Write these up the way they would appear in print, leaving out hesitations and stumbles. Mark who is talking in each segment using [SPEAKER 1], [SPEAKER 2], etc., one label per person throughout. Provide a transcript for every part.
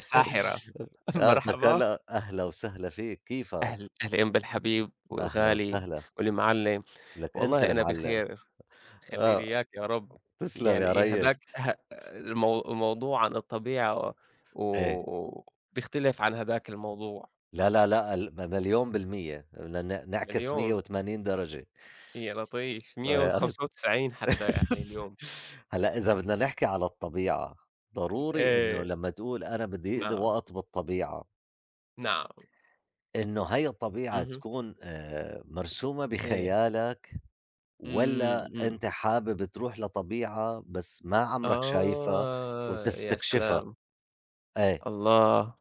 [SPEAKER 1] ساحرة.
[SPEAKER 2] أخدك
[SPEAKER 1] مرحبا.
[SPEAKER 2] هلأ، أهلا وسهلا فيك، كيفك؟
[SPEAKER 1] أهلين بالحبيب
[SPEAKER 2] أهلا
[SPEAKER 1] والغالي
[SPEAKER 2] وسهلا.
[SPEAKER 1] والمعلّم.
[SPEAKER 2] لك أنت
[SPEAKER 1] والله أنا
[SPEAKER 2] المعلم.
[SPEAKER 1] بخير، خلّي لي
[SPEAKER 2] آه،
[SPEAKER 1] إياك يا رب.
[SPEAKER 2] تسلم يا
[SPEAKER 1] يعني
[SPEAKER 2] ريس.
[SPEAKER 1] هداك ه المو الموضوع عن الطبيعة،
[SPEAKER 2] إيه.
[SPEAKER 1] و بيختلف عن هداك الموضوع.
[SPEAKER 2] لا، لا، لأ، ال م مليون بالمِيّة بدنا نعكس
[SPEAKER 1] مليون،
[SPEAKER 2] 180 درجة.
[SPEAKER 1] يا لطيف
[SPEAKER 2] آآ
[SPEAKER 1] 195 حتى يعني اليوم.
[SPEAKER 2] هلأ إذا بدنا نحكي على الطبيعة، ضروري إنه
[SPEAKER 1] إيه،
[SPEAKER 2] لمّا تقول أنا بدي أقضي
[SPEAKER 1] نعم،
[SPEAKER 2] وقت بالطبيعة،
[SPEAKER 1] نعم،
[SPEAKER 2] إنه هي الطبيعة
[SPEAKER 1] اهم،
[SPEAKER 2] تكون مرسومة
[SPEAKER 1] إيه،
[SPEAKER 2] بخيالك،
[SPEAKER 1] إمم،
[SPEAKER 2] والّا
[SPEAKER 1] إمم،
[SPEAKER 2] أنت حابب تروح لطبيعة بس ما عمرك شايفها
[SPEAKER 1] آه، يا
[SPEAKER 2] وتستكشفها؟
[SPEAKER 1] سلام.
[SPEAKER 2] إيه.
[SPEAKER 1] الله!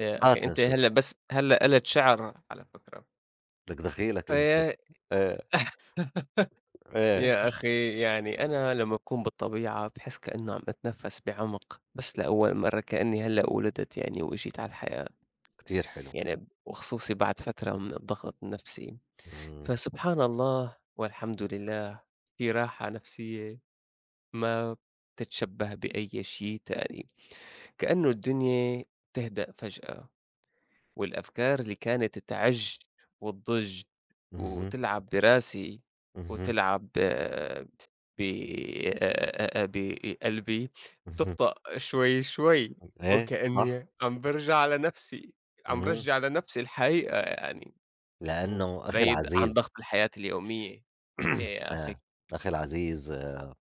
[SPEAKER 1] يا أخي
[SPEAKER 2] هات
[SPEAKER 1] أنت
[SPEAKER 2] لنشوف،
[SPEAKER 1] هلّا بس هلّا قلت شعر على فكرة.
[SPEAKER 2] لك دخيلك أنت.
[SPEAKER 1] فيا
[SPEAKER 2] إيه، إيه.
[SPEAKER 1] يا أخي يعني أنا لمّا أكون بالطبيعة باحس كإنه عم أتنفس بعمق، بس لأول مرّة كإني هلّا ولدت يعني وإجيت على الحياة.
[SPEAKER 2] كتير حلو.
[SPEAKER 1] يعني وخصوصي بعد فترة من الضغط النفسي،
[SPEAKER 2] إمم.
[SPEAKER 1] فسبحان الله والحمد لله، في راحة نفسية ما بتتشبه بأي شي تاني، كإنه الدنيا بتهدأ فجأة. والأفكار اللي كانت تعِج وتضِج
[SPEAKER 2] اهم.
[SPEAKER 1] وتلعب براسي
[SPEAKER 2] اهم.
[SPEAKER 1] وتلعب آه، ب بقلبي
[SPEAKER 2] اهم.
[SPEAKER 1] تبطأ شوي، شوي،
[SPEAKER 2] إيه، صح.
[SPEAKER 1] وكأني عم بارجع على نَفْسي، عم
[SPEAKER 2] إمم.
[SPEAKER 1] بارجّع لنَفْسي الحقيقة يعني،
[SPEAKER 2] لأنه أخي
[SPEAKER 1] وبعيد عن
[SPEAKER 2] العزيز
[SPEAKER 1] ضغط الحياة اليومية. إيه يا أخي،
[SPEAKER 2] آه، أخي العزيز آه،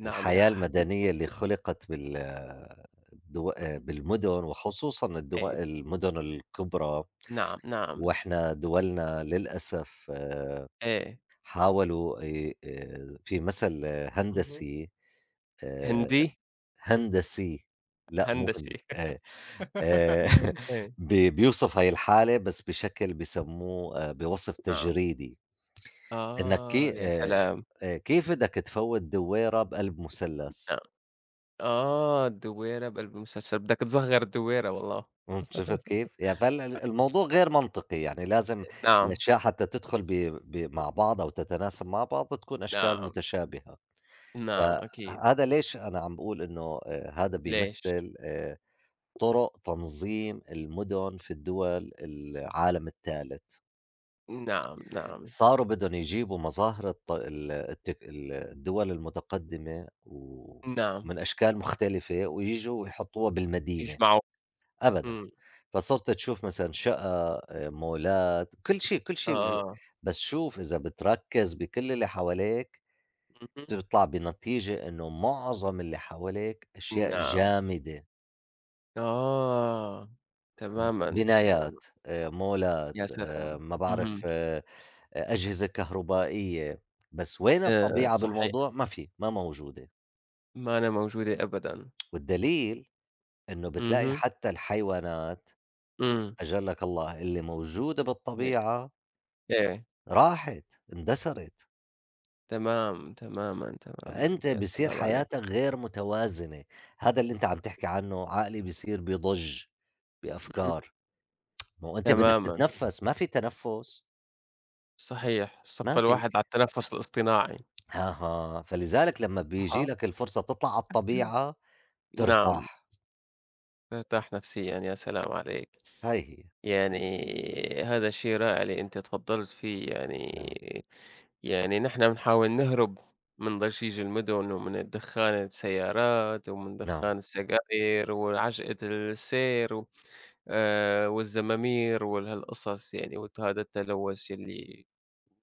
[SPEAKER 1] نعم يا
[SPEAKER 2] الحياة
[SPEAKER 1] حبيبي.
[SPEAKER 2] المدنية اللي خُلقت بال آه، الدو بالمدن، وخصوصًا
[SPEAKER 1] إيه،
[SPEAKER 2] المدن الكبرى،
[SPEAKER 1] نعم، نعم،
[SPEAKER 2] وإحنا دولنا للأسف
[SPEAKER 1] إيه.
[SPEAKER 2] حاولوا في مثل
[SPEAKER 1] اهم.
[SPEAKER 2] هندسي. آآ
[SPEAKER 1] هندي؟
[SPEAKER 2] هندسي لأ مو
[SPEAKER 1] هندسي.
[SPEAKER 2] هند آآ
[SPEAKER 1] إيه،
[SPEAKER 2] بيوصف هاي الحالة، بس بشكل بيسموه بوصف
[SPEAKER 1] نعم.
[SPEAKER 2] تجريدي. إنك
[SPEAKER 1] آه،
[SPEAKER 2] كي
[SPEAKER 1] يا سلام!
[SPEAKER 2] كيف بدك تفوّت دوّيرة بقلب مثلث؟
[SPEAKER 1] أ آه، الدويرة بقلب المسلسل، بدك تصغّر الدويرة والله.
[SPEAKER 2] شُفت كيف؟ يعني فهلا الموضوع غير منطقي، يعني لازم
[SPEAKER 1] نعم،
[SPEAKER 2] الأشياء حتى تدخل ب ب مع بعض أو تتناسب مع بعض تكون أشكال
[SPEAKER 1] نعم،
[SPEAKER 2] متشابهة.
[SPEAKER 1] نعم، أكيد.
[SPEAKER 2] فهذا ليش أنا عم باقول إنه هذا
[SPEAKER 1] ليش؟
[SPEAKER 2] بيمثّل طُرق تنظيم المُدن في الدول العالم التالت.
[SPEAKER 1] نعم، نعم،
[SPEAKER 2] صاروا بدهم يجيبوا مظاهر الط ال التك ال الدول المتقدمة،
[SPEAKER 1] نعم،
[SPEAKER 2] ومن أشكال مختلفة، وييجوا ويحطّوها بالمدينة.
[SPEAKER 1] يجمعوا.
[SPEAKER 2] أبدًا.
[SPEAKER 1] إمم،
[SPEAKER 2] فصرت تشوف مثلًا شقق، مولات، كل شي، كل شي
[SPEAKER 1] آه،
[SPEAKER 2] بس شوف إذا بتركّز بكل اللي حواليك،
[SPEAKER 1] اهم،
[SPEAKER 2] بتطلع بنتيجة إنه معظم اللي حواليك أشياء
[SPEAKER 1] نعم.
[SPEAKER 2] جامدة:
[SPEAKER 1] آه، تمامًا، تمامًا،
[SPEAKER 2] بنايات، مولات،
[SPEAKER 1] يا سلام!
[SPEAKER 2] ما بعرف،
[SPEAKER 1] اهم،
[SPEAKER 2] أجهزة كهربائية. بس وين الطبيعة
[SPEAKER 1] صحيح،
[SPEAKER 2] بالموضوع؟ ما في، ما موجودة.
[SPEAKER 1] ما أنا موجودة أبدًا.
[SPEAKER 2] والدليل إنه بتلاقي
[SPEAKER 1] اهم،
[SPEAKER 2] حتى الحيوانات،
[SPEAKER 1] إمم،
[SPEAKER 2] أجلك الله، اللي موجودة
[SPEAKER 1] ن
[SPEAKER 2] بالطبيعة
[SPEAKER 1] إيه،
[SPEAKER 2] راحت، اندثرت.
[SPEAKER 1] تمام، تمامًا، تمامًا،
[SPEAKER 2] فأنت
[SPEAKER 1] يا
[SPEAKER 2] بصير
[SPEAKER 1] سلام عليك،
[SPEAKER 2] حياتك غير متوازنة، هذا اللي أنت عم تحكي عنه، عقلي بصير بضج
[SPEAKER 1] اهم،
[SPEAKER 2] بأفكار. ما هو أنت بدك
[SPEAKER 1] تمامًا.
[SPEAKER 2] تتنفّس، ما في تنفُّس،
[SPEAKER 1] صحيح، صَفّى
[SPEAKER 2] ما في.
[SPEAKER 1] الواحد على التنفُّس الاصطناعي.
[SPEAKER 2] أها، فلذلك لمّا بييجي
[SPEAKER 1] أها.
[SPEAKER 2] لك الفرصة تطلع على الطبيعة
[SPEAKER 1] نعم،
[SPEAKER 2] بترتاح.
[SPEAKER 1] ارتاح نفسيًا، يا سلام عليك.
[SPEAKER 2] هاي هي.
[SPEAKER 1] يعني هذا شيء رائع اللي أنتِ تفضّلتِ فيه
[SPEAKER 2] نعم،
[SPEAKER 1] يعني، يعني نحن بنحاول نهرب من ضجيج المدن ومن الدخان السيارات ومن
[SPEAKER 2] نعم.
[SPEAKER 1] دخان السجاير وعجقة السير و والزمامير وهالقصص يعني، وهذا التلوث يلّي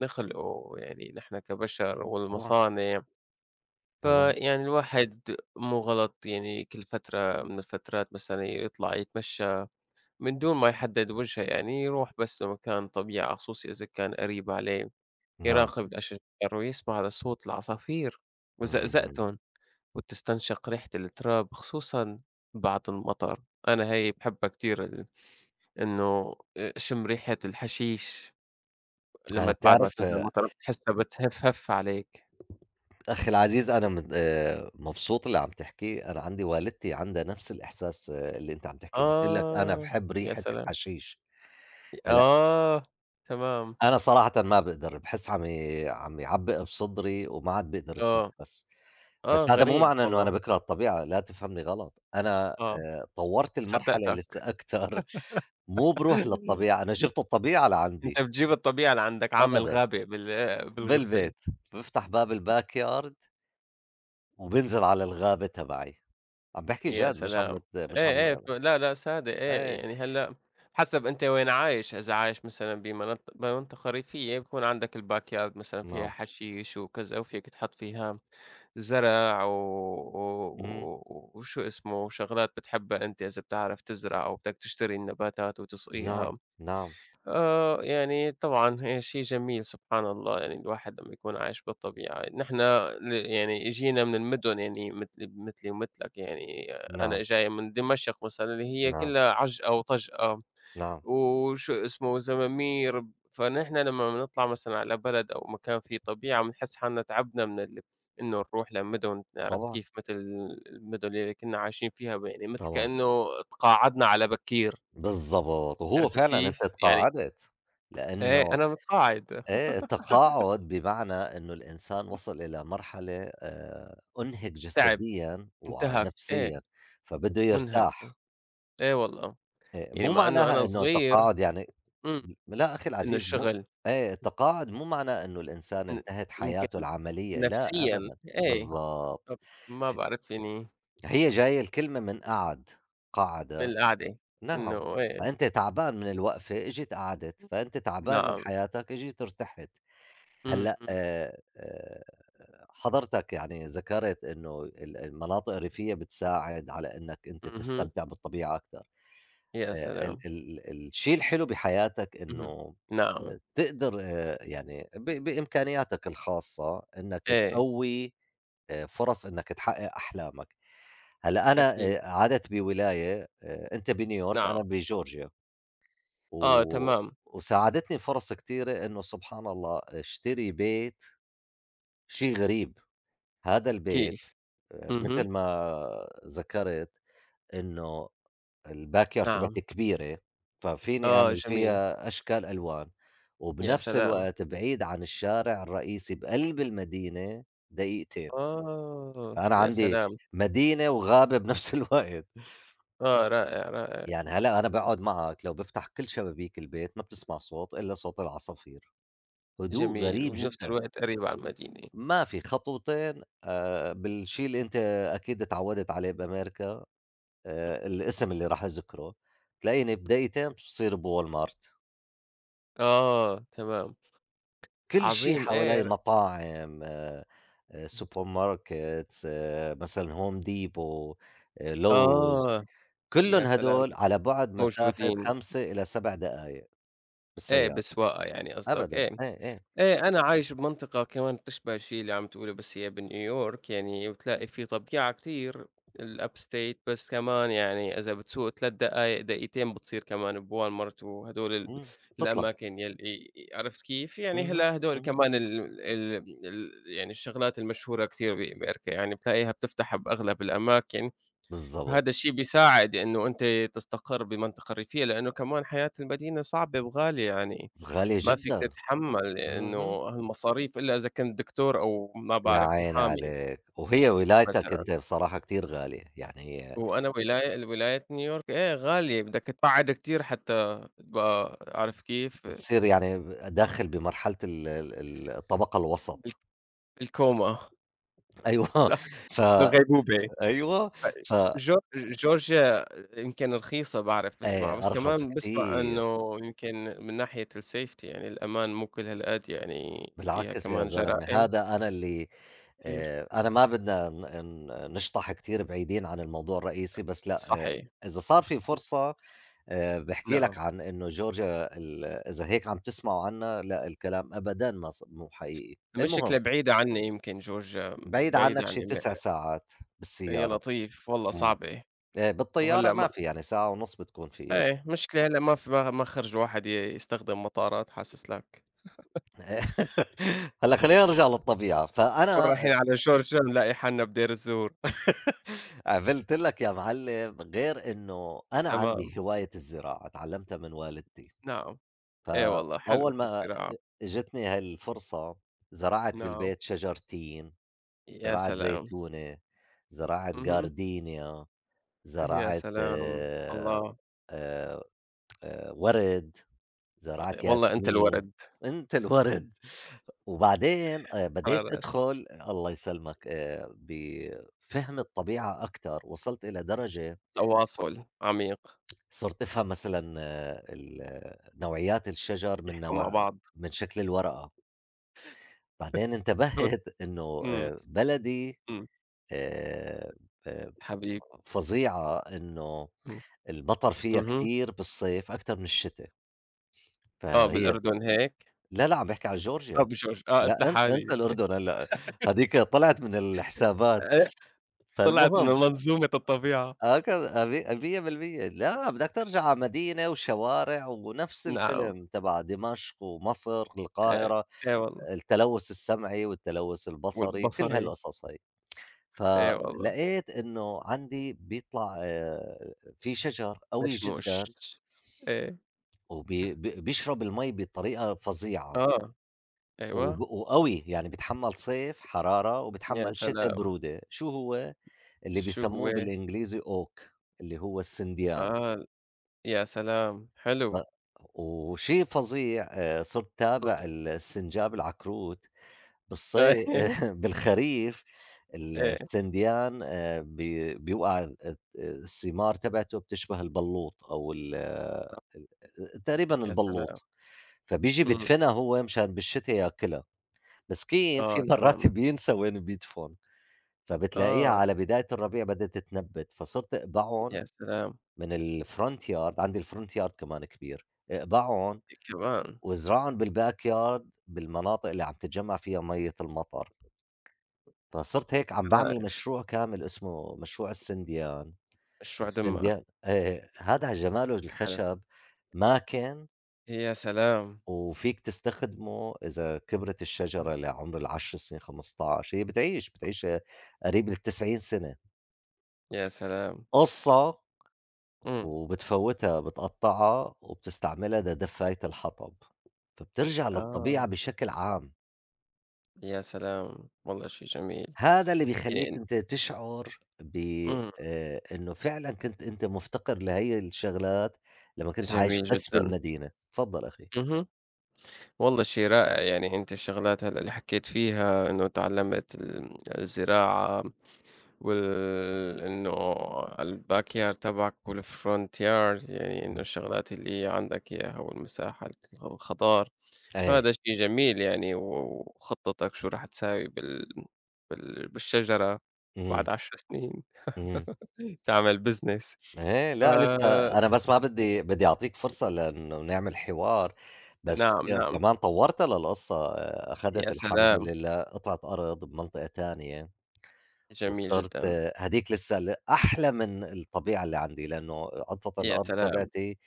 [SPEAKER 1] نخلقه يعني نحن كبشر
[SPEAKER 2] طبعًا،
[SPEAKER 1] والمصانع.
[SPEAKER 2] طبعًا.
[SPEAKER 1] فيعني الواحد مو غلط يعني كل فترة من الفترات مثلًا يطلع يتمشى من دون ما يحدد وجهه يعني، يروح بس لمكان طبيعة خصوصي إذا كان قريب عليه،
[SPEAKER 2] نعم.
[SPEAKER 1] يراقب إمم. الأشجار ويسمع لصوت العصافير
[SPEAKER 2] إمم.
[SPEAKER 1] وزقزقتهم، وتستنشق ريحة التراب خصوصًا بعد المطر. أنا هاي باحبها كتير، ال إنه أ شم ريحة الحشيش
[SPEAKER 2] أنا
[SPEAKER 1] لمّا بعد ما
[SPEAKER 2] بتعرف
[SPEAKER 1] تنزل
[SPEAKER 2] آه،
[SPEAKER 1] المطر بتحسها بتهفهف عليك.
[SPEAKER 2] أخي العزيز أنا مت مبسوط اللي عم تحكيه. أنا عندي والدتي عندها نفس الإحساس آه، اللي أنت عم تحكيه، بتقول لك أنا
[SPEAKER 1] آه،
[SPEAKER 2] باحب
[SPEAKER 1] يا
[SPEAKER 2] ريحة
[SPEAKER 1] سلام!
[SPEAKER 2] الحشيش. هلأ
[SPEAKER 1] آه، تمام،
[SPEAKER 2] أنا صراحةً ما باقدر، باحس عم يعبّق بصدري وما عاد باقدر
[SPEAKER 1] آه،
[SPEAKER 2] أتنفّس.
[SPEAKER 1] آه
[SPEAKER 2] بس هذا مو
[SPEAKER 1] غريب
[SPEAKER 2] معنى إنه أنا
[SPEAKER 1] والله،
[SPEAKER 2] باكره الطبيعة، لا تفهمني غلط، أنا
[SPEAKER 1] آه،
[SPEAKER 2] طوّرت المرحلة
[SPEAKER 1] صدّقتك.
[SPEAKER 2] لسه أكتر. مو باروح للطبيعة، أنا جِبت الطبيعة
[SPEAKER 1] أنت
[SPEAKER 2] لعندي.
[SPEAKER 1] بتجيب الطبيعة لعندك، عامل
[SPEAKER 2] أبدًا.
[SPEAKER 1] غابة بالغرفة،
[SPEAKER 2] بالبيت. بافتح باب الbackyard وبانزل على الغابة تبعي. عم باحكي
[SPEAKER 1] يا
[SPEAKER 2] جَد، مش
[SPEAKER 1] سلام!
[SPEAKER 2] عم بت مش
[SPEAKER 1] إيه،
[SPEAKER 2] عم.
[SPEAKER 1] إيه، ف لا، لأ صادق إيه،
[SPEAKER 2] إيه.
[SPEAKER 1] يعني هلأ حسب أنت وين عايش، إذا عايش مثلًا بمنطقة ريفية بيكون عندك الback yard مثلًا فيها
[SPEAKER 2] نعم.
[SPEAKER 1] حشيش وكذا، وفيك تحط فيها زرع و
[SPEAKER 2] إمم.
[SPEAKER 1] و وشو اسمه، وشغلات بتحبها أنت إذا بتعرف تزرع أو بدك تشتري النباتات
[SPEAKER 2] نعم،
[SPEAKER 1] وتسقيها.
[SPEAKER 2] نعم.
[SPEAKER 1] آه، يعني طبعًا هي شيء جميل سبحان الله، يعني الواحد لمّا يكون عايش بالطبيعة، نحن ل يعني جينا من المدن يعني مثلي ومثلك، يعني أنا
[SPEAKER 2] نعم.
[SPEAKER 1] جاي من دمشق مثلًا اللي هي
[SPEAKER 2] نعم،
[SPEAKER 1] كلّها عجقة وطجقة
[SPEAKER 2] نعم.
[SPEAKER 1] وشو اسمه وزمامير. فنحن لمّا بنطلع مثلًا على بلد أو مكان فيه طبيعة بنحس حالنا تعبنا من ال إنه نروح لمدن، عرفت
[SPEAKER 2] طبعًا،
[SPEAKER 1] كيف؟ مثل المدن اللي كنا عايشين فيها، يعني مثل
[SPEAKER 2] طبعًا.
[SPEAKER 1] كأنه تقاعدنا على بكير،
[SPEAKER 2] بالضبط، وهو
[SPEAKER 1] عرفت
[SPEAKER 2] فعلًا أنت
[SPEAKER 1] كيف؟ يعني
[SPEAKER 2] تقاعدت،
[SPEAKER 1] إيه، أنا
[SPEAKER 2] لإنه
[SPEAKER 1] متقاعد،
[SPEAKER 2] إيه، تقاعُد بمعنى إنه الإنسان وصل إلى مرحلة أُنهِك
[SPEAKER 1] تعب،
[SPEAKER 2] جسديًا
[SPEAKER 1] انتهك،
[SPEAKER 2] ونفسيًا،
[SPEAKER 1] إيه،
[SPEAKER 2] فبده
[SPEAKER 1] مُنهك، إيه
[SPEAKER 2] يرتاح.
[SPEAKER 1] إيه والله،
[SPEAKER 2] إيه،
[SPEAKER 1] يعني
[SPEAKER 2] مو
[SPEAKER 1] مع إنه أنا
[SPEAKER 2] معناها إنه
[SPEAKER 1] صغير
[SPEAKER 2] التقاعُد يعني،
[SPEAKER 1] إمم،
[SPEAKER 2] لأ أخي
[SPEAKER 1] إنه
[SPEAKER 2] العزيز مو،
[SPEAKER 1] الشغل
[SPEAKER 2] إيه، التقاعُد مو معناه إنه الإنسان
[SPEAKER 1] إن
[SPEAKER 2] انتهت
[SPEAKER 1] يمكن
[SPEAKER 2] حياته العملية، لأ
[SPEAKER 1] نفسيًا
[SPEAKER 2] أبدًا.
[SPEAKER 1] إيه،
[SPEAKER 2] بالضبط.
[SPEAKER 1] طب ما
[SPEAKER 2] ف
[SPEAKER 1] باعرف يعني
[SPEAKER 2] هي جاية الكلمة من قعَد،
[SPEAKER 1] من
[SPEAKER 2] قعَد.
[SPEAKER 1] القعدة،
[SPEAKER 2] نعم.
[SPEAKER 1] إنه إيه،
[SPEAKER 2] فأنت تعبان من الوقفة، إجيت قعَدت، فأنت تعبان من
[SPEAKER 1] نعم،
[SPEAKER 2] حياتك، إجيت ارتحت.
[SPEAKER 1] إمم،
[SPEAKER 2] هلّأ
[SPEAKER 1] إمم،
[SPEAKER 2] حضرتك يعني ذكرت إنه المناطق الريفية بتساعد على إنّك أنت
[SPEAKER 1] اهم،
[SPEAKER 2] تستمتع بالطبيعة أكتر.
[SPEAKER 1] يا
[SPEAKER 2] ال
[SPEAKER 1] سلام،
[SPEAKER 2] ال الشيء الحلو بحياتك
[SPEAKER 1] اهم،
[SPEAKER 2] إنه
[SPEAKER 1] نعم،
[SPEAKER 2] تقدر يعني بإمكانياتك الخاصة إنّك
[SPEAKER 1] إيه،
[SPEAKER 2] تقوّي فرص إنّك تحقق أحلامك. هلأ أنا
[SPEAKER 1] أكيد،
[SPEAKER 2] عَشت بولاية، أنت بنيويورك
[SPEAKER 1] نعم،
[SPEAKER 2] أنا بجورجيا، و
[SPEAKER 1] آه، تمام،
[SPEAKER 2] وساعدتني فرص كتيرة إنه سبحان الله اشتري بيت. شيء غريب. هذا البيت
[SPEAKER 1] كيف، اهم،
[SPEAKER 2] متل ما ذكرت إنه الbackyard
[SPEAKER 1] نعم،
[SPEAKER 2] تبعتي كبيرة، ففيني
[SPEAKER 1] آه،
[SPEAKER 2] أعمل
[SPEAKER 1] جميل،
[SPEAKER 2] فيها أشكال ألوان،
[SPEAKER 1] يا
[SPEAKER 2] وبنفس
[SPEAKER 1] سلام،
[SPEAKER 2] الوقت بعيد عن الشارع الرئيسي بقلب المدينة دقيقتين.
[SPEAKER 1] آه،
[SPEAKER 2] فأنا
[SPEAKER 1] يا
[SPEAKER 2] عندي
[SPEAKER 1] سلام،
[SPEAKER 2] مدينة وغابة بنفس الوقت.
[SPEAKER 1] آه، رائع، رائع.
[SPEAKER 2] يعني هلأ أنا باقعد معك لو بافتح كل شبابيك البيت ما بتسمع صوت إلا صوت العصافير، هدوء
[SPEAKER 1] جميل،
[SPEAKER 2] غريب
[SPEAKER 1] وبنفس
[SPEAKER 2] جدًا.
[SPEAKER 1] الوقت قريبة على المدينة.
[SPEAKER 2] ما في خطوتين بالشي اللي أنت أكيد اتعودت عليه بأمريكا، الاسم اللي راح أذكره، تلاقيني بدقيقتين باصير بوالمارت.
[SPEAKER 1] آه، تمام.
[SPEAKER 2] كل شي
[SPEAKER 1] عظيم إيه
[SPEAKER 2] حوالي
[SPEAKER 1] ر
[SPEAKER 2] مطاعم، سوبر ماركتس، مثلًا هوم ديبو، لوز،
[SPEAKER 1] آه، يا
[SPEAKER 2] كلّن
[SPEAKER 1] سلام،
[SPEAKER 2] هدول على بُعد مسافة
[SPEAKER 1] موجودين.
[SPEAKER 2] 5 إلى 7 دقايق
[SPEAKER 1] إيه
[SPEAKER 2] بالسيارة.
[SPEAKER 1] بسواقها يعني قصدك،
[SPEAKER 2] أبدًا،
[SPEAKER 1] إيه.
[SPEAKER 2] إيه، إيه.
[SPEAKER 1] إيه، أنا عايش بمنطقة كمان بتشبه الشي اللي عم تقوله بس هي بنيويورك يعني وتلاقي في طبيعة كتير الأبستيت، بس كمان يعني إذا بتسوق 3 دقايق دقيقتين بتصير كمان بوالمارت وهدول ال
[SPEAKER 2] إمم، بتطلع.
[SPEAKER 1] الأماكن يلّي عرفت كيف؟ يعني
[SPEAKER 2] اهم.
[SPEAKER 1] هلأ هدول
[SPEAKER 2] اهم.
[SPEAKER 1] كمان ال يعني الشغلات المشهورة كتير بأمريكا يعني بتلاقيها بتفتح بأغلب الأماكن.
[SPEAKER 2] بالضبط.
[SPEAKER 1] فهذا الشي بيساعد إنه أنت تستقر بمنطقة ريفية لأنه كمان حياة المدينة صعبة وغالية يعني.
[SPEAKER 2] غالية
[SPEAKER 1] ما فيك
[SPEAKER 2] جدًا.
[SPEAKER 1] تتحمّل إنه
[SPEAKER 2] اهم.
[SPEAKER 1] هالمصاريف إلّا إذا كنت دكتور أو ما
[SPEAKER 2] يا
[SPEAKER 1] بعرف
[SPEAKER 2] عيني
[SPEAKER 1] محامي
[SPEAKER 2] عليك، وهي ولايتك
[SPEAKER 1] مثلًا،
[SPEAKER 2] أنت بصراحة كتير غالية، يعني
[SPEAKER 1] وأنا ولاية نيويورك إيه غالية، بدك تبعّد كتير حتى تبقى عارف كيف
[SPEAKER 2] بتصير يعني داخل بمرحلة ال ال الطبقة
[SPEAKER 1] بال
[SPEAKER 2] الوسط.
[SPEAKER 1] بالكوما
[SPEAKER 2] أيوه ف
[SPEAKER 1] بالغيبوبة
[SPEAKER 2] أيوه
[SPEAKER 1] ف
[SPEAKER 2] ف.
[SPEAKER 1] جو جورجيا يمكن رخيصة باعرف باسمع، بس
[SPEAKER 2] أرخص
[SPEAKER 1] كمان باسمع
[SPEAKER 2] كتير.
[SPEAKER 1] إنه يمكن من ناحية الsafety يعني الأمان مو كل هالقد يعني فيها
[SPEAKER 2] بالعكس يا
[SPEAKER 1] كمان
[SPEAKER 2] زلمة
[SPEAKER 1] جرائم
[SPEAKER 2] هذا أنا اللي،
[SPEAKER 1] كتير.
[SPEAKER 2] أنا ما بدنا ن ن نشطح كتير بعيدين عن الموضوع الرئيسي، بس لأ
[SPEAKER 1] صحيح،
[SPEAKER 2] إذا صار في
[SPEAKER 1] إمم،
[SPEAKER 2] فرصة باحكي
[SPEAKER 1] نعم.
[SPEAKER 2] لك عن إنه جورجيا ال، إذا هيك عم تسمعوا عنّا لأ الكلام أبدًا ما ص مو حقيقي.
[SPEAKER 1] المشكلة
[SPEAKER 2] المهم،
[SPEAKER 1] بعيدة عني يمكن جورجيا
[SPEAKER 2] بعيد
[SPEAKER 1] بعيد
[SPEAKER 2] عنك شي
[SPEAKER 1] يعني م
[SPEAKER 2] 9 ساعات
[SPEAKER 1] هي
[SPEAKER 2] بالسيارة.
[SPEAKER 1] لطيف والله
[SPEAKER 2] إمم.
[SPEAKER 1] صعبة،
[SPEAKER 2] إيه، بالطيارة
[SPEAKER 1] وهلأ
[SPEAKER 2] ما
[SPEAKER 1] ما
[SPEAKER 2] في يعني ساعة ونُص بتكون فيها.
[SPEAKER 1] إيه مشكلة هلأ ما في ما خرج واحد ي يستخدم مطارات حاسس لك،
[SPEAKER 2] هلّأ خلّينا نرجع للطبيعة.
[SPEAKER 1] نكون رايحين
[SPEAKER 2] فأنا
[SPEAKER 1] على جورجيا نلاقي حالنا بدير الزور،
[SPEAKER 2] عملت لك يا معلّم، غير إنه أنا
[SPEAKER 1] تمام،
[SPEAKER 2] عندي هواية الزراعة، اتعلّمتها من والدتي.
[SPEAKER 1] نعم، إي والله حلو
[SPEAKER 2] فأول
[SPEAKER 1] في
[SPEAKER 2] ما
[SPEAKER 1] الزراعة،
[SPEAKER 2] إجتني هاي الفرصة زرعت
[SPEAKER 1] نعم،
[SPEAKER 2] بالبيت شجر تين،
[SPEAKER 1] يا
[SPEAKER 2] زرعت
[SPEAKER 1] سلام،
[SPEAKER 2] زيتونة، زرعت
[SPEAKER 1] اهم،
[SPEAKER 2] جاردينيا،
[SPEAKER 1] يا
[SPEAKER 2] زرعت
[SPEAKER 1] سلام، الله،
[SPEAKER 2] آآ ورد، زرعت
[SPEAKER 1] والله أنت
[SPEAKER 2] ياسمين.
[SPEAKER 1] الورد،
[SPEAKER 2] أنت الورد. وبعدين
[SPEAKER 1] على
[SPEAKER 2] بديت
[SPEAKER 1] رأسي،
[SPEAKER 2] أدخل الله يسلمك بفهم الطبيعة أكتر، وصلت إلى درجة
[SPEAKER 1] تواصل عميق،
[SPEAKER 2] صرت أفهم مثلًا آه، ال آه، نوعيات الشجر من
[SPEAKER 1] يحكوا مع
[SPEAKER 2] نوع،
[SPEAKER 1] بعض،
[SPEAKER 2] من شكل الورقة. بعدين
[SPEAKER 1] صرت
[SPEAKER 2] انتبهت إنه
[SPEAKER 1] إمم،
[SPEAKER 2] بلدي
[SPEAKER 1] إمم،
[SPEAKER 2] آآ آآ
[SPEAKER 1] حبيب،
[SPEAKER 2] فظيعة، إنه
[SPEAKER 1] إمم،
[SPEAKER 2] المطر فيها
[SPEAKER 1] اهم،
[SPEAKER 2] كتير بالصيف أكتر من الشتا.
[SPEAKER 1] آه
[SPEAKER 2] فهي،
[SPEAKER 1] بالأردن هيك؟
[SPEAKER 2] لا، لا، عم باحكي عن
[SPEAKER 1] آه
[SPEAKER 2] جورجيا.
[SPEAKER 1] مش مش آه قلت
[SPEAKER 2] لا انسى
[SPEAKER 1] لحالي
[SPEAKER 2] انسى الأردن هلأ، هذيك طلعت من الحسابات.
[SPEAKER 1] آآ طلعت من
[SPEAKER 2] فالمهم،
[SPEAKER 1] منظومة الطبيعة،
[SPEAKER 2] آه كده مي 100%، لأ، بدك ترجع على مدينة وشوارع ونفس
[SPEAKER 1] نعم،
[SPEAKER 2] الفيلم تبع دمشق ومصر،
[SPEAKER 1] آآ
[SPEAKER 2] القاهرة،
[SPEAKER 1] إيه والله،
[SPEAKER 2] التلوث السمعي والتلوث البصري، كل
[SPEAKER 1] والبصري، إيه
[SPEAKER 2] هالقصص هي.
[SPEAKER 1] إيه والله،
[SPEAKER 2] فلقيت إنه عندي بيطلع في شجر قوي
[SPEAKER 1] مشموش،
[SPEAKER 2] جدًا،
[SPEAKER 1] إيه،
[SPEAKER 2] وبي بي بيشرب المَي بطريقة فظيعة
[SPEAKER 1] آه، أيوه،
[SPEAKER 2] وقوي، يعني بيتحمّل صيف حرارة
[SPEAKER 1] يا
[SPEAKER 2] وبيتحمّل شتا
[SPEAKER 1] سلام،
[SPEAKER 2] برودة. شو هو؟ اللي
[SPEAKER 1] شو هو؟
[SPEAKER 2] بيسموه بالإنجليزي oak، اللي هو السنديان.
[SPEAKER 1] آه، يا سلام،
[SPEAKER 2] ط
[SPEAKER 1] حلو،
[SPEAKER 2] وشيء فظيع، صرت تابع
[SPEAKER 1] إمم،
[SPEAKER 2] السنجاب العكروت بالصي بالخريف.
[SPEAKER 1] إيه،
[SPEAKER 2] السنديان بي بيوقع الثمار تبعته، بتشبه البلوط أو ال آه، تقريبًا
[SPEAKER 1] يا سلام،
[SPEAKER 2] البلوط. فبييجي
[SPEAKER 1] إمم،
[SPEAKER 2] بيدفنها هو مشان بالشتا ياكلها، مسكين في
[SPEAKER 1] آه تمام،
[SPEAKER 2] مرات بينسى وين بيدفن، فبتلاقيها
[SPEAKER 1] آه،
[SPEAKER 2] على بداية الربيع بدأت تتنبت. فصرت اقبعهم
[SPEAKER 1] يا سلام،
[SPEAKER 2] من الfront yard، عندي الfront yard كمان كبير، اقبعهم
[SPEAKER 1] إيه كمان
[SPEAKER 2] وازرعهم بالback yard بالمناطق اللي عم تتجمّع فيها مَيّة المطر. فصرت هيك عم باعمل
[SPEAKER 1] رائع،
[SPEAKER 2] مشروع كامل اسمه مشروع السنديان.
[SPEAKER 1] مشروع دمّر،
[SPEAKER 2] والسنديان إيه، إيه، هذا جماله
[SPEAKER 1] حلو،
[SPEAKER 2] الخشب ماكن،
[SPEAKER 1] يا سلام،
[SPEAKER 2] وفيك تستخدمه إذا كبرت
[SPEAKER 1] إمم،
[SPEAKER 2] الشجرة لعمر ال10 سنين، 15، هي بتعيش، بتعيش قريب ل90 سنة،
[SPEAKER 1] يا سلام،
[SPEAKER 2] قصّة،
[SPEAKER 1] إمم،
[SPEAKER 2] وبتفوّتها بتقطّعها وبتستعملها لدفاية الحطب، فبترجع
[SPEAKER 1] آه.
[SPEAKER 2] للطبيعة بشكل عام.
[SPEAKER 1] يا سلام! والله شيء جميل.
[SPEAKER 2] هذا اللي بيخلّيك
[SPEAKER 1] يعني
[SPEAKER 2] أنت تشعُر ب
[SPEAKER 1] إمم،
[SPEAKER 2] إنه فعلًا كنت أنت مُفتقِر لهي الشغلات لمّا كنت
[SPEAKER 1] جميل
[SPEAKER 2] عايش بس
[SPEAKER 1] جدًا.
[SPEAKER 2] بالمدينة. تفضّل أخي.
[SPEAKER 1] اهم. والله شيء رائع، يعني أنتِ الشغلات هلأ اللي حكيت فيها إنه تعلمت ال الزراعة وال إنه الbackyard تبعك والfront yard، يعني إنه
[SPEAKER 2] إمم.
[SPEAKER 1] الشغلات اللي عندك إياها والمساحة الخضار، فهذا
[SPEAKER 2] إيه.
[SPEAKER 1] شيء جميل يعني وخطتك شو راح تساوي بالشجرة بعد
[SPEAKER 2] إمم.
[SPEAKER 1] 10 سنين،
[SPEAKER 2] إمم.
[SPEAKER 1] تعمل business.
[SPEAKER 2] إيه،
[SPEAKER 1] ف
[SPEAKER 2] لأ لسه أنا بس ما بدّي أعطيك فرصة لإنه نعمل حوار، بس
[SPEAKER 1] نعم، نعم،
[SPEAKER 2] كمان طوّرت للقصّة،
[SPEAKER 1] يا
[SPEAKER 2] أخدت الحمد
[SPEAKER 1] سلام!
[SPEAKER 2] لله قطعة أرض بمنطقة تانية.
[SPEAKER 1] جميل
[SPEAKER 2] وصرت،
[SPEAKER 1] جدًا،
[SPEAKER 2] هاديك لسه أحلى من الطبيعة اللي عندي، لإنه قطعة
[SPEAKER 1] يا
[SPEAKER 2] الأرض
[SPEAKER 1] سلام!
[SPEAKER 2] تبعتي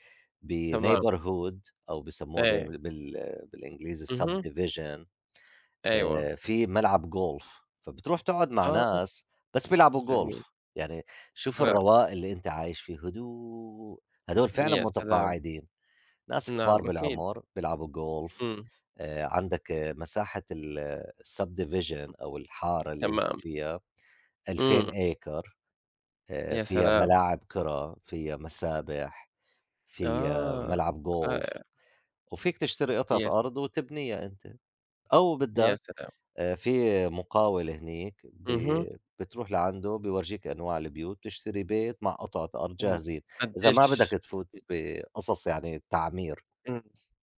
[SPEAKER 1] تمام،
[SPEAKER 2] بneighborhood أو بيسموها
[SPEAKER 1] إيه،
[SPEAKER 2] بالإنجليزي
[SPEAKER 1] اهم،
[SPEAKER 2] subdivision،
[SPEAKER 1] أيوه،
[SPEAKER 2] في ملعب جولف، فبتروح تقعد مع
[SPEAKER 1] آه،
[SPEAKER 2] ناس بس بيلعبوا جولف.
[SPEAKER 1] جميل،
[SPEAKER 2] يعني شوف
[SPEAKER 1] رائع،
[SPEAKER 2] الرواق اللي أنت عايش فيه، هدوء، هدول فعلًا
[SPEAKER 1] يا سلام!
[SPEAKER 2] متقاعدين، ناس
[SPEAKER 1] نعم،
[SPEAKER 2] كبار
[SPEAKER 1] أكيد،
[SPEAKER 2] بالعمر بيلعبوا جولف.
[SPEAKER 1] إمم،
[SPEAKER 2] عندك آه، مساحة الsubdivision أو الحارة اللي أنت
[SPEAKER 1] تمام،
[SPEAKER 2] فيها 2000
[SPEAKER 1] إمم،
[SPEAKER 2] acre،
[SPEAKER 1] يا
[SPEAKER 2] فيها
[SPEAKER 1] سلام!
[SPEAKER 2] ملاعب كرة، فيها مسابح، فيها
[SPEAKER 1] آه،
[SPEAKER 2] ملعب جولف،
[SPEAKER 1] رائع،
[SPEAKER 2] وفيك تشتري
[SPEAKER 1] يا س
[SPEAKER 2] قطعة أرض وتبنيها أنت، أو
[SPEAKER 1] يا
[SPEAKER 2] بدّك
[SPEAKER 1] سلام!
[SPEAKER 2] في مقاول هنيك
[SPEAKER 1] اهم،
[SPEAKER 2] بتروح لعنده بيورجيك أنواع البيوت، بتشتري بيت مع قطعة أرض
[SPEAKER 1] إمم،
[SPEAKER 2] جاهزين، إذا ما بدك
[SPEAKER 1] الدِش،
[SPEAKER 2] تفوت بقصص يعني تعمير.
[SPEAKER 1] إمم،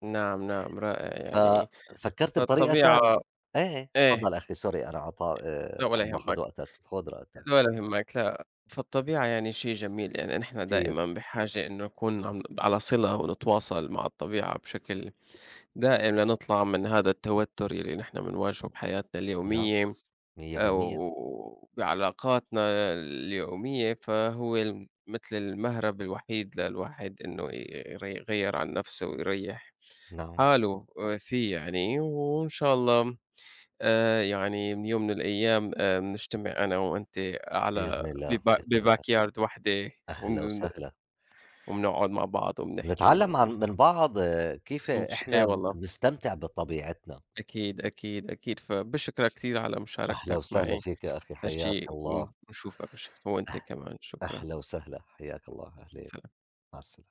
[SPEAKER 1] نعم، نعم، رائع يعني،
[SPEAKER 2] ففكّرت بطريقة
[SPEAKER 1] فالطبيعة
[SPEAKER 2] تانية. إيه،
[SPEAKER 1] إيه،
[SPEAKER 2] تفضّل أخي، سوري أنا عطا
[SPEAKER 1] لا ولا
[SPEAKER 2] عم باخُد
[SPEAKER 1] يهمك.
[SPEAKER 2] وقتك، خُد راحتك.
[SPEAKER 1] ولا يهمك لأ. فالطبيعة يعني شيء جميل، يعني نحن
[SPEAKER 2] كتير.
[SPEAKER 1] دائمًا بحاجة إنه نكون عم على صلة ونتواصل مع الطبيعة بشكل دائم لنطلع من هذا التوتر يلي نحن بنواجهه بحياتنا
[SPEAKER 2] نعم.
[SPEAKER 1] اليومية
[SPEAKER 2] 100%.
[SPEAKER 1] أو بعلاقاتنا اليومية، فهو ال مثل المهرب الوحيد للواحد إنه ي يري يغيّر عن نفسه ويريّح
[SPEAKER 2] نعم.
[SPEAKER 1] حاله فيه يعني، وإن شاء الله يعني من يوم من الأيام بنجتمع أنا وأنت على
[SPEAKER 2] بإذن الله،
[SPEAKER 1] بب
[SPEAKER 2] بإذن الله.
[SPEAKER 1] بbackyard وحدة
[SPEAKER 2] أهلا
[SPEAKER 1] وبن
[SPEAKER 2] وسهلا.
[SPEAKER 1] وبنقعد مع بعض وبنحكي
[SPEAKER 2] بنتعلم عن من بعض آه، كيف
[SPEAKER 1] وبنش إيه
[SPEAKER 2] إحنا
[SPEAKER 1] والله،
[SPEAKER 2] بنستمتع بطبيعتنا.
[SPEAKER 1] أكيد، أكيد، أكيد، فباشكرك كثير على
[SPEAKER 2] أهلا
[SPEAKER 1] مشاركتك
[SPEAKER 2] وسهلا
[SPEAKER 1] معي
[SPEAKER 2] فيك يا أخي حياك
[SPEAKER 1] هالشي
[SPEAKER 2] الله.
[SPEAKER 1] ونشوفك وش وأنت كمان شكرًا،
[SPEAKER 2] أهلا وسهلا، حياك الله، أهلين.
[SPEAKER 1] سلام.
[SPEAKER 2] مع السلامة.